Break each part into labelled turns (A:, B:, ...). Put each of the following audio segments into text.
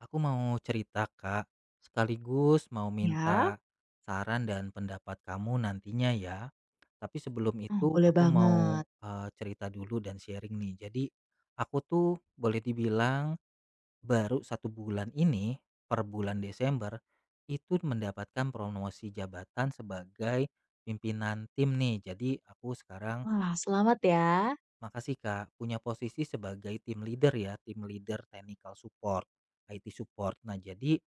A: Aku mau cerita, Kak, sekaligus mau
B: Ya?
A: minta saran dan pendapat kamu nantinya ya. Tapi sebelum
B: Oh,
A: itu
B: boleh
A: aku mau
B: banget.
A: cerita dulu dan sharing nih. Jadi aku tuh boleh dibilang baru satu bulan ini, per bulan Desember, itu mendapatkan promosi jabatan sebagai pimpinan tim nih. Jadi aku sekarang,
B: Wah, selamat ya.
A: makasih Kak, punya posisi sebagai tim leader ya, tim leader technical support, IT support. Nah, jadi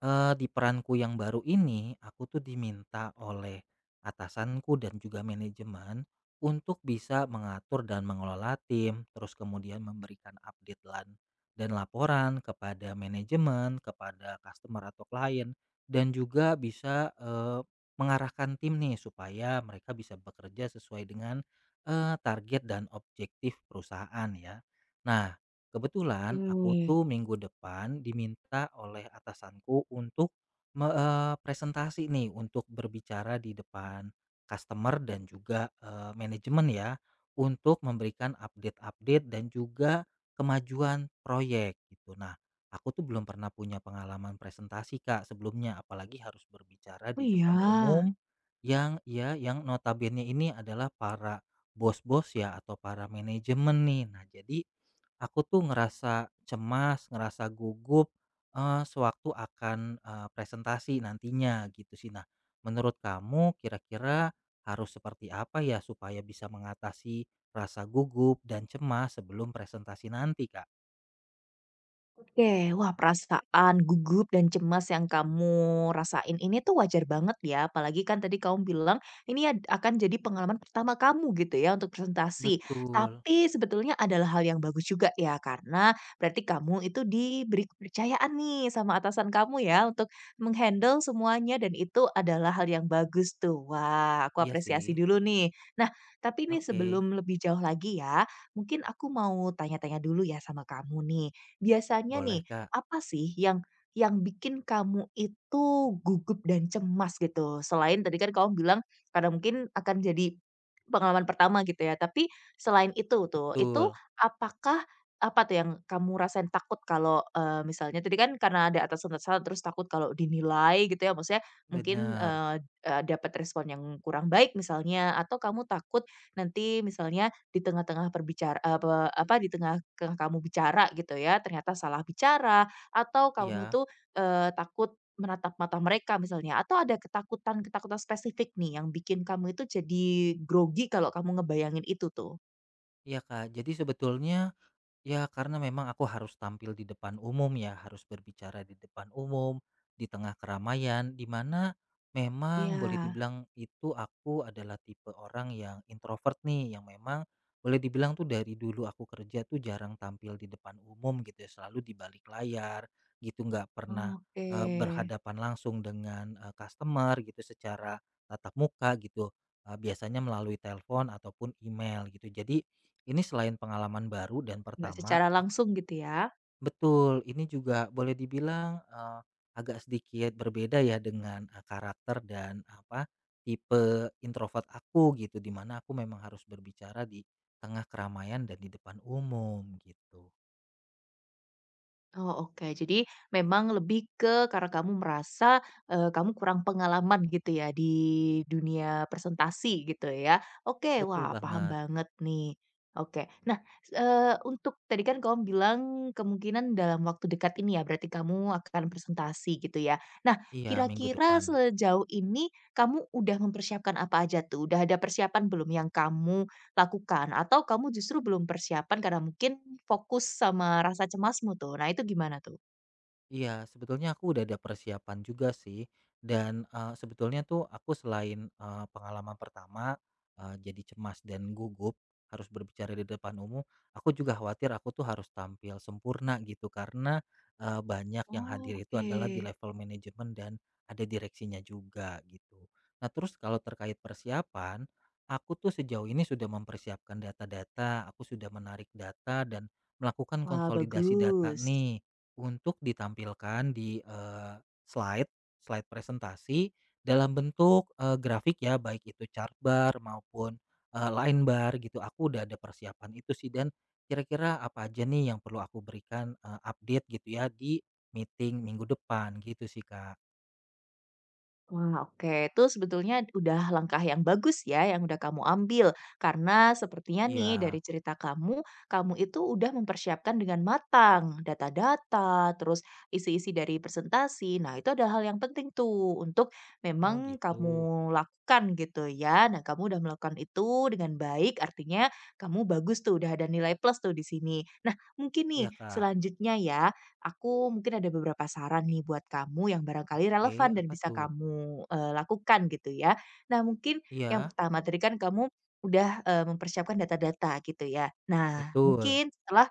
A: Di peranku yang baru ini, aku tuh diminta oleh atasanku dan juga manajemen untuk bisa mengatur dan mengelola tim, terus kemudian memberikan update lan dan laporan kepada manajemen, kepada customer atau klien, dan juga bisa, mengarahkan tim nih supaya mereka bisa bekerja sesuai dengan, target dan objektif perusahaan ya. Nah, kebetulan aku
B: Oke.
A: tuh minggu depan diminta oleh atasanku untuk presentasi nih untuk berbicara di depan customer dan juga, manajemen ya, untuk memberikan update-update dan juga kemajuan proyek gitu. Nah, aku tuh belum pernah punya pengalaman presentasi Kak sebelumnya, apalagi harus berbicara
B: Oh,
A: di depan
B: iya?
A: umum yang notabene ini adalah para bos-bos ya atau para manajemen nih. Nah jadi aku tuh ngerasa cemas, ngerasa gugup, sewaktu akan, presentasi nantinya gitu sih. Nah, menurut kamu kira-kira harus seperti apa ya supaya bisa mengatasi rasa gugup dan cemas sebelum presentasi nanti, Kak?
B: Oke, wah perasaan gugup dan cemas yang kamu rasain ini tuh wajar banget ya, apalagi kan tadi kamu bilang ini akan jadi pengalaman pertama kamu gitu ya untuk presentasi.
A: Betul,
B: Tapi sebetulnya adalah hal yang bagus juga ya, karena berarti kamu itu diberi kepercayaan nih sama atasan kamu ya untuk menghandle semuanya dan itu adalah hal yang bagus tuh. Wah, aku
A: iya
B: apresiasi
A: sih.
B: dulu nih. Nah, tapi nih
A: Oke,
B: sebelum lebih jauh lagi ya, mungkin aku mau tanya-tanya dulu ya sama kamu nih. Biasanya
A: boleh,
B: nih,
A: Kak.
B: apa sih yang bikin kamu itu gugup dan cemas gitu? Selain tadi kan kamu bilang karena mungkin akan jadi pengalaman pertama gitu ya, tapi selain itu tuh, itu
A: Betul,
B: apakah apa tuh yang kamu rasain takut kalau, misalnya tadi kan karena ada atasan-atasan terus takut kalau dinilai gitu ya, maksudnya mungkin,
A: benar.
B: eee eee, dapat respon yang kurang baik misalnya, atau kamu takut nanti misalnya di tengah-tengah perbicara eee, apa, di tengah-tengah kamu bicara gitu ya, ternyata salah bicara atau kamu
A: Iya,
B: itu, takut menatap mata mereka misalnya, atau ada ketakutan-ketakutan spesifik nih yang bikin kamu itu jadi grogi kalau kamu ngebayangin itu tuh?
A: iya, Kak. Jadi sebetulnya ya, karena memang aku harus tampil di depan umum ya, harus berbicara di depan umum, di tengah keramaian, di mana memang boleh
B: Iya,
A: dibilang itu aku adalah tipe orang yang introvert nih, yang memang boleh dibilang tuh dari dulu aku kerja tuh jarang tampil di depan umum gitu ya, selalu di balik layar gitu, nggak pernah
B: oke.
A: berhadapan langsung dengan customer gitu secara tatap muka gitu. Biasanya melalui telepon ataupun email gitu. Jadi ini selain pengalaman baru dan
B: Nggak
A: pertama
B: secara langsung gitu ya?
A: betul, ini juga boleh dibilang, agak sedikit berbeda ya dengan, karakter dan apa, tipe introvert aku gitu, di mana aku memang harus berbicara di tengah keramaian dan di depan umum gitu.
B: Oh, oke. Jadi memang lebih ke karena kamu merasa, kamu kurang pengalaman gitu ya di dunia presentasi gitu ya. Oke,
A: Betul
B: wah paham
A: banget,
B: banget nih. Oke. Nah, untuk tadi kan kamu bilang kemungkinan dalam waktu dekat ini ya berarti kamu akan presentasi gitu ya. Nah,
A: iya minggu
B: kira-kira
A: depan.
B: sejauh ini kamu udah mempersiapkan apa aja tuh? Udah ada persiapan belum yang kamu lakukan? Atau kamu justru belum persiapan karena mungkin fokus sama rasa cemasmu tuh? Nah, itu gimana tuh?
A: Iya, sebetulnya aku udah ada persiapan juga sih dan, sebetulnya tuh aku selain, pengalaman pertama, jadi cemas dan gugup harus berbicara di depan umum, aku juga khawatir aku tuh harus tampil sempurna gitu karena, banyak yang hadir itu adalah di
B: Oke.
A: level manajemen dan ada direksinya juga gitu. Nah terus kalau terkait persiapan, aku tuh sejauh ini sudah mempersiapkan data-data, aku sudah menarik data dan melakukan
B: Wah,
A: konsolidasi data
B: bagus.
A: nih. Untuk ditampilkan di, slide slide presentasi dalam bentuk, grafik ya, baik itu chart bar maupun, line bar gitu. Aku udah ada persiapan itu sih dan kira-kira apa aja nih yang perlu aku berikan, update gitu ya di meeting minggu depan gitu sih, Kak.
B: Wah, oke. Itu sebetulnya udah langkah yang bagus ya, yang udah kamu ambil. Karena sepertinya nih
A: Iya.
B: dari cerita kamu, kamu itu udah mempersiapkan dengan matang data-data, terus isi-isi dari presentasi. Nah, itu adalah hal yang penting tuh untuk
A: Oh
B: memang kamu
A: gitu.
B: lakukan gitu ya. Nah, kamu udah melakukan itu dengan baik, artinya kamu bagus tuh, udah ada nilai plus tuh di sini. Nah, mungkin nih
A: Iya, Kak.
B: selanjutnya ya, aku mungkin ada beberapa saran nih buat kamu yang barangkali
A: Oke,
B: relevan dan
A: apa
B: bisa
A: tuh?
B: kamu, lakukan gitu ya. Nah mungkin yang
A: Iya,
B: pertama tadi kan kamu udah, mempersiapkan data-data gitu ya. Nah
A: betul.
B: mungkin setelah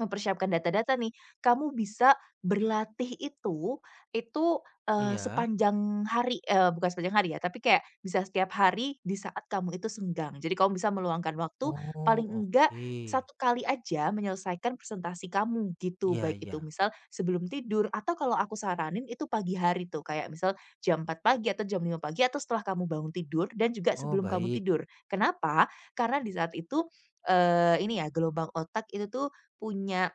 B: mempersiapkan data-data nih, kamu bisa berlatih itu,
A: Iya.
B: sepanjang hari, bukan sepanjang hari ya, tapi kayak bisa setiap hari di saat kamu itu senggang. Jadi kamu bisa meluangkan waktu paling
A: Oh,
B: enggak
A: oke.
B: satu kali aja menyelesaikan presentasi kamu gitu,
A: Iya,
B: baik itu
A: iya.
B: misal sebelum tidur atau kalau aku saranin itu pagi hari tuh, kayak misal jam 4 pagi atau jam 5 pagi atau setelah kamu bangun tidur dan juga
A: Oh
B: sebelum kamu
A: baik.
B: tidur. Kenapa? Karena di saat itu, ini ya gelombang otak itu tuh Punya,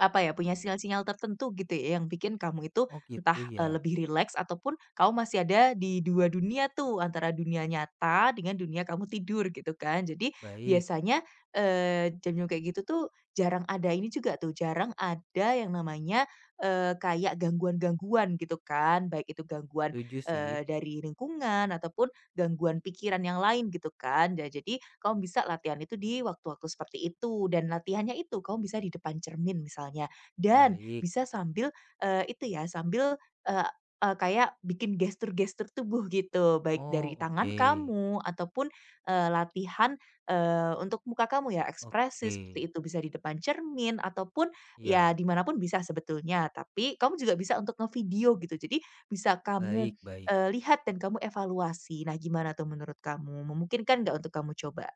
B: punya sinyal-sinyal tertentu gitu ya yang bikin kamu itu
A: Oh
B: entah,
A: gitu ya.
B: lebih rileks ataupun kamu masih ada di 2 dunia tuh, antara dunia nyata dengan dunia kamu tidur gitu kan. Jadi
A: Baik,
B: biasanya, jam-jam kayak gitu tuh jarang ada ini juga tuh, jarang ada yang namanya, kayak gangguan-gangguan gitu kan, baik itu gangguan,
A: tujuh sih.
B: dari lingkungan ataupun gangguan pikiran yang lain gitu kan. Ya jadi kamu bisa latihan itu di waktu-waktu seperti itu dan latihannya itu kamu bisa di depan cermin misalnya dan
A: Baik.
B: bisa sambil, eee, itu ya sambil, eee eee, kayak bikin gestur-gestur tubuh gitu baik
A: Oh,
B: dari tangan
A: oke.
B: kamu ataupun, latihan, untuk muka kamu ya ekspresi
A: Oke.
B: seperti itu bisa di depan cermin ataupun ya
A: Iya,
B: dimanapun bisa sebetulnya tapi kamu juga bisa untuk ngevideo gitu jadi bisa kamu
A: baik, baik.
B: Lihat dan kamu evaluasi. Nah, gimana tuh menurut kamu? Memungkinkan nggak untuk kamu coba?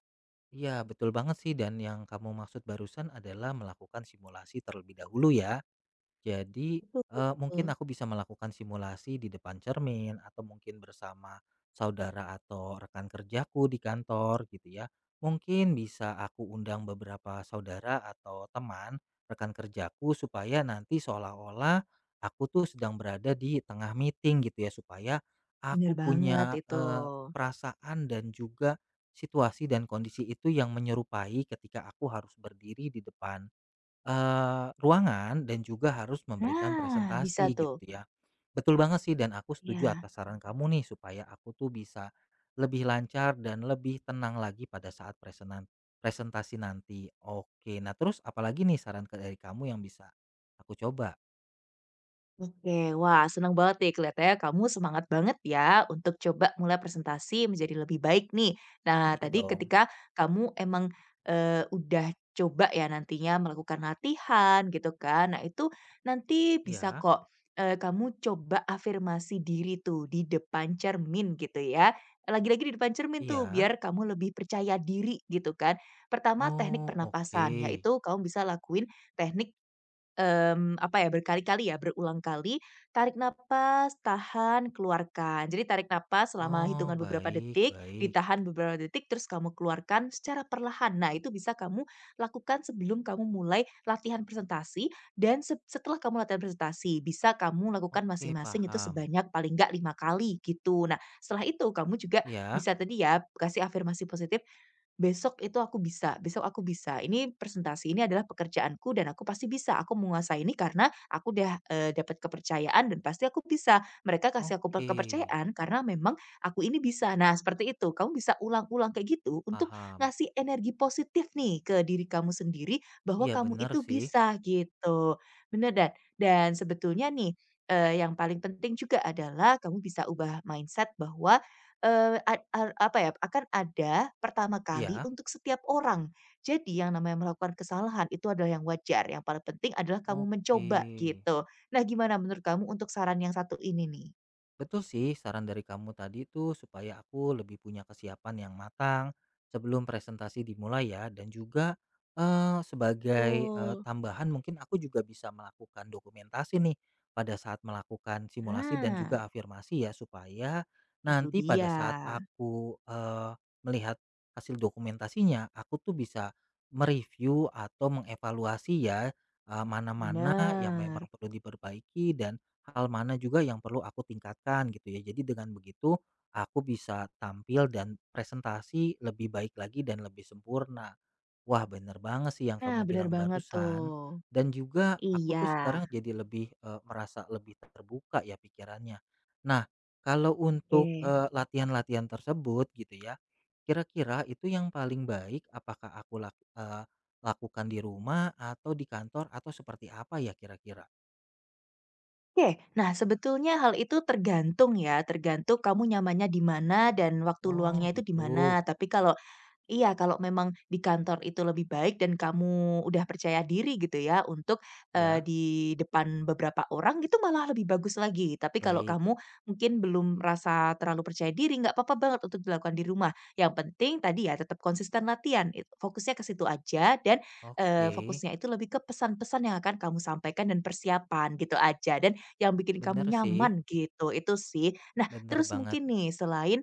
A: Iya, betul banget sih dan yang kamu maksud barusan adalah melakukan simulasi terlebih dahulu ya. Jadi, mungkin
B: Betul.
A: aku bisa melakukan simulasi di depan cermin atau mungkin bersama saudara atau rekan kerjaku di kantor gitu ya. Mungkin bisa aku undang beberapa saudara atau teman rekan kerjaku supaya nanti seolah-olah aku tuh sedang berada di tengah meeting gitu ya, supaya
B: Bener
A: aku
B: banget
A: punya,
B: itu.
A: perasaan dan juga situasi dan kondisi itu yang menyerupai ketika aku harus berdiri di depan ruangan dan juga harus memberikan
B: Nah, bisa
A: presentasi gitu
B: tuh.
A: ya. Betul banget sih dan aku setuju
B: Iya.
A: atas saran kamu nih supaya aku tuh bisa lebih lancar dan lebih tenang lagi pada saat presentasi nanti. Oke, nah terus apalagi nih saran ke dari kamu yang bisa aku coba?
B: Oke, wah seneng banget nih kelihatannya kamu semangat banget ya untuk coba mulai presentasi menjadi lebih baik nih. Nah,
A: Iya
B: tadi
A: dong.
B: ketika kamu emang, udah coba ya nantinya melakukan latihan gitu kan. Nah, itu nanti bisa
A: Iya,
B: kok, kamu coba afirmasi diri tuh di depan cermin gitu ya. Lagi-lagi di depan cermin tuh
A: iya.
B: biar kamu lebih percaya diri gitu kan. Pertama teknik
A: Oh,
B: pernapasan,
A: oke.
B: yaitu kamu bisa lakuin teknik apa ya, berkali-kali ya, berulang kali, tarik napas, tahan, keluarkan. Jadi tarik napas selama
A: Oh,
B: hitungan beberapa
A: baik,
B: detik,
A: baik.
B: ditahan beberapa detik, terus kamu keluarkan secara perlahan. Nah, itu bisa kamu lakukan sebelum kamu mulai latihan presentasi dan setelah kamu latihan presentasi. Bisa kamu lakukan
A: Oke,
B: masing-masing itu
A: paham.
B: sebanyak paling nggak 5 kali, gitu. Nah, setelah itu kamu juga
A: Iya.
B: bisa tadi ya, kasih afirmasi positif. Besok itu aku bisa besok aku bisa. Ini presentasi, ini adalah pekerjaanku dan aku pasti bisa. Aku menguasai ini karena aku udah, dapat kepercayaan dan pasti aku bisa. Mereka kasih aku pe
A: Oke,
B: kepercayaan karena memang aku ini bisa. Nah, seperti itu. Kamu bisa ulang-ulang kayak gitu untuk
A: paham.
B: ngasih energi positif nih ke diri kamu sendiri bahwa
A: Iya
B: kamu
A: benar
B: itu
A: sih.
B: bisa, gitu. Bener dan sebetulnya nih, yang paling penting juga adalah kamu bisa ubah mindset bahwa Eee, ad ar apa ya, akan ada pertama kali
A: Iya.
B: untuk setiap orang. Jadi yang namanya melakukan kesalahan itu adalah yang wajar, yang paling penting adalah kamu
A: Oke.
B: mencoba gitu. Nah gimana menurut kamu untuk saran yang satu ini nih?
A: Betul sih saran dari kamu tadi itu supaya aku lebih punya kesiapan yang matang sebelum presentasi dimulai ya dan juga sebagai
B: Betul.
A: tambahan mungkin aku juga bisa melakukan dokumentasi nih pada saat melakukan simulasi dan
B: Nah,
A: juga afirmasi ya supaya
B: itu
A: nanti pada
B: dia.
A: saat aku melihat hasil dokumentasinya aku tuh bisa mereview atau mengevaluasi ya mana-mana yang
B: Benar.
A: memang perlu diperbaiki dan hal mana juga yang perlu aku tingkatkan gitu ya. Jadi dengan begitu aku bisa tampil dan presentasi lebih baik lagi dan lebih sempurna. Wah, bener banget sih yang
B: Nah,
A: kamu
B: benar
A: bilang
B: banget
A: barusan.
B: tuh.
A: Dan juga aku
B: Iya,
A: tuh sekarang jadi lebih merasa lebih terbuka ya pikirannya. Nah, kalau untuk
B: oke.
A: latihan-latihan tersebut gitu ya, kira-kira itu yang paling baik apakah aku lakukan di rumah atau di kantor atau seperti apa ya kira-kira?
B: Oke, nah sebetulnya hal itu tergantung ya, tergantung kamu nyamannya di mana dan waktu
A: Oh,
B: luangnya itu di
A: gitu
B: mana. Tapi kalau Iya, kalau memang di kantor itu lebih baik dan kamu udah percaya diri gitu ya untuk,
A: ya.
B: di depan beberapa orang gitu malah lebih bagus lagi. Tapi kalau
A: Baik,
B: kamu mungkin belum merasa terlalu percaya diri, nggak apa-apa banget untuk dilakukan di rumah. Yang penting tadi ya tetap konsisten latihan, fokusnya ke situ aja dan,
A: oke.
B: fokusnya itu lebih ke pesan-pesan yang akan kamu sampaikan dan persiapan gitu aja, dan yang bikin kamu
A: Bener sih,
B: nyaman gitu, itu sih. Nah,
A: bener
B: terus
A: banget.
B: mungkin nih selain,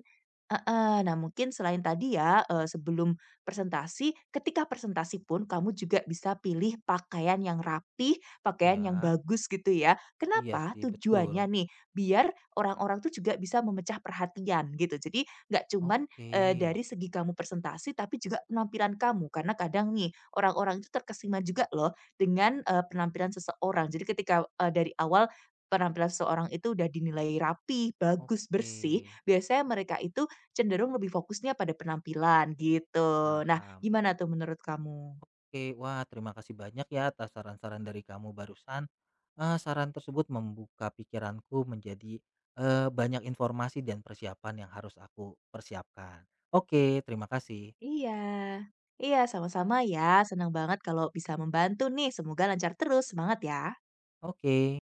B: Heeh. Nah, mungkin selain tadi ya, sebelum presentasi, ketika presentasi pun kamu juga bisa pilih pakaian yang rapi pakaian yang
A: Iya,
B: bagus gitu ya.
A: iya
B: Kenapa?
A: sih betul.
B: Tujuannya nih, biar orang-orang tuh juga bisa memecah perhatian gitu. Jadi nggak cuman,
A: Oke,
B: dari segi kamu presentasi, tapi juga penampilan kamu. Karena kadang nih, orang-orang itu terkesima juga loh dengan, penampilan seseorang. Jadi ketika, dari awal penampilan seseorang itu udah dinilai rapi bagus,
A: oke.
B: bersih, biasanya mereka itu cenderung lebih fokusnya pada penampilan gitu. Nah,
A: Paham.
B: gimana tuh menurut kamu?
A: Oke, wah terima kasih banyak ya atas saran-saran dari kamu barusan. Saran tersebut membuka pikiranku menjadi banyak informasi dan persiapan yang harus aku persiapkan. Oke, terima kasih.
B: Iya. Iya, sama-sama ya. Senang banget kalau bisa membantu nih. Semoga lancar terus. Semangat ya.
A: Oke.